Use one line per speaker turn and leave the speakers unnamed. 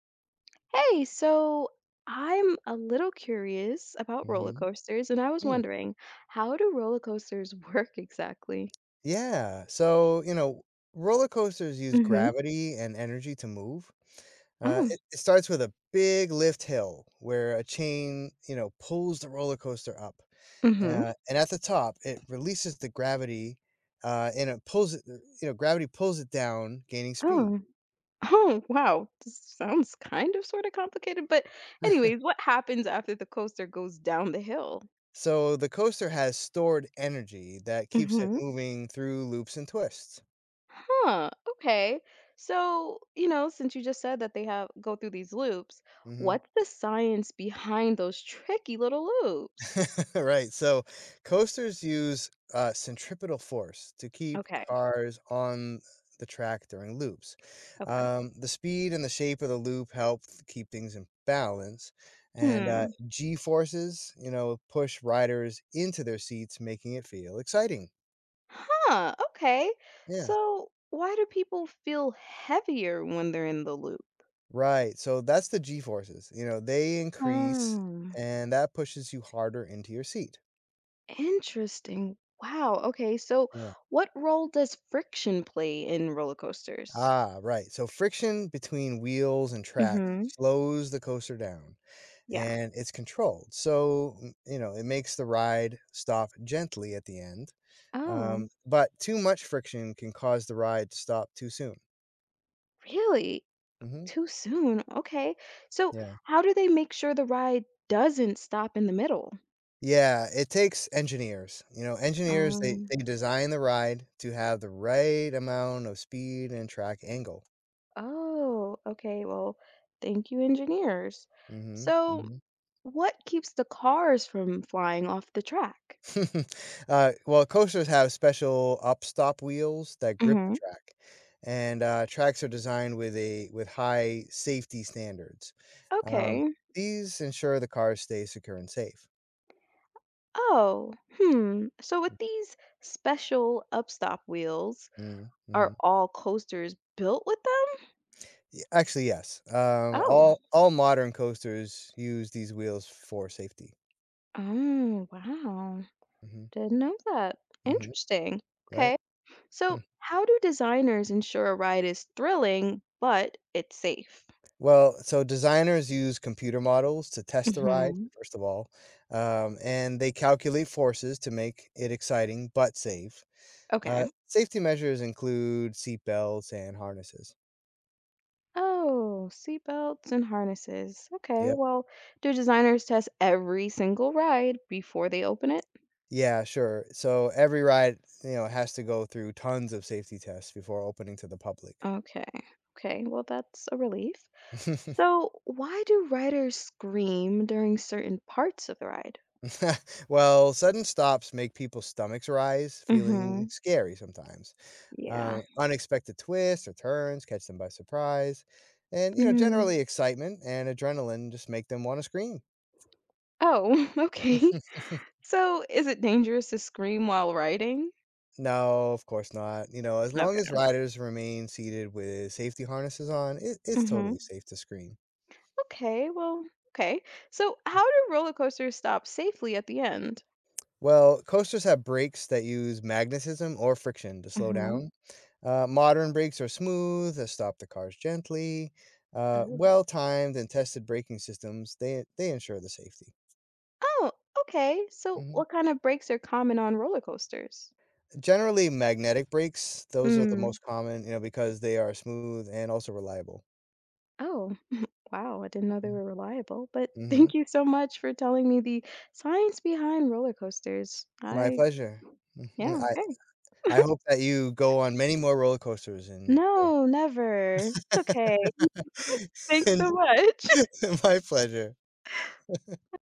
Hey, so I'm a little curious about roller
Mhm.
coasters, and I was
Mm.
wondering, how do roller coasters work exactly?
Yeah. Roller coasters use
Mm-hmm.
gravity and energy to move.
Oh,
It starts with a big lift hill where a chain, pulls the roller coaster up.
mm-hmm.
And at the top, it releases the gravity and it pulls it. Gravity pulls it down, gaining speed.
Oh, oh, wow. This sounds sort of complicated, but anyways, what happens after the coaster goes down the hill?
So the coaster has stored energy that keeps it
Mm-hmm.
moving through loops and twists.
Huh, okay. So, since you just said that they have go through these loops,
Mm-hmm.
what's the science behind those tricky little loops?
Right, so coasters use centripetal force to keep
Okay.
cars on the track during loops.
Okay.
The speed and the shape of the loop keep things in balance, and
Hmm.
G forces, push riders into their seats, making it feel exciting.
Huh, okay.
Yeah,
So, why do people feel heavier when they're in the loop?
right. So that's the G forces. You know, they increase,
Oh,
and that pushes you harder into your seat.
interesting. Wow, okay. So,
Yeah.
what role does friction play in roller coasters?
Ah, right. So friction between wheels and tracks
Mm-hmm.
slows the coaster down
Yeah.
and it's controlled. So it makes the ride stop gently at the end.
Oh,
But too much friction can cause the ride to stop too soon.
really?
hmm
Too soon. Okay. So,
Yeah.
how do they make sure the ride doesn't stop in the middle?
Yeah. It takes engineers. You know, engineers, they,
um,
they design the ride to have the right amount of speed and track angle.
Oh, okay. Well, thank you, engineers.
hmm
So, what keeps the cars from flying off the track?
well, coasters have special upstop wheels that grip the
Hmm
track, and tracks are designed with a with high safety standards. Um,
Okay.
these ensure the cars stay secure and safe.
Oh, hmm. So with these special upstop wheels,
Mm-hmm, mm-hmm.
are all coasters built with them?
Yeah. Actually, yes.
Oh.
All modern coasters use these wheels for safety.
Oh, wow.
hmm
Didn't know that.
hmm
Interesting.
Right.
Okay. So how do designers ensure a ride is thrilling, but it's safe?
So designers use computer models to test the Mhm. ride,
Hmm
first of all, and they calculate forces to make it exciting but safe.
Okay.
Safety measures include seat belts and harnesses.
Oh, seat belts and harnesses. Okay,
Yep.
well, do designers test every single ride before they open it?
Yeah, sure. So every ride, has to go through tons of safety tests before opening to the public.
Okay. Okay, well, that's a relief. So, why do riders scream during certain parts of the ride?
Well, sudden stops make people's stomachs rise,
Mm-hmm.
feeling scary sometimes.
Yeah.
Unexpected twists or turns catch them by surprise. And,
Mm.
generally excitement and adrenaline just make them want to scream.
Oh, okay. So, is it dangerous to scream while riding?
No, of course not. You know, as long
Okay.
as riders remain seated with safety harnesses on, it's
Mm-hmm.
totally safe to scream.
Okay, well, okay. So, how do roller coasters stop safely at the end?
Well, coasters have brakes that use magnetism or friction to slow
Mm-hmm.
down. Modern brakes are smooth, they stop the cars gently. Well timed and tested braking systems, they ensure the safety.
Oh, okay. So
Mhm.
what kind of brakes are common on roller coasters?
Generally, magnetic brakes, those are the
Mm.
most common, you know, because they are smooth and also reliable.
Oh, wow. I didn't know they
Mhm.
were reliable, but thank
Mhm.
you so much for telling me the science behind roller coasters.
My
I,
pleasure. Mhm,
yeah,
I
okay.
I hope that you go on many more roller coasters in your
No, never. Okay. Thanks so
and
much.
my pleasure.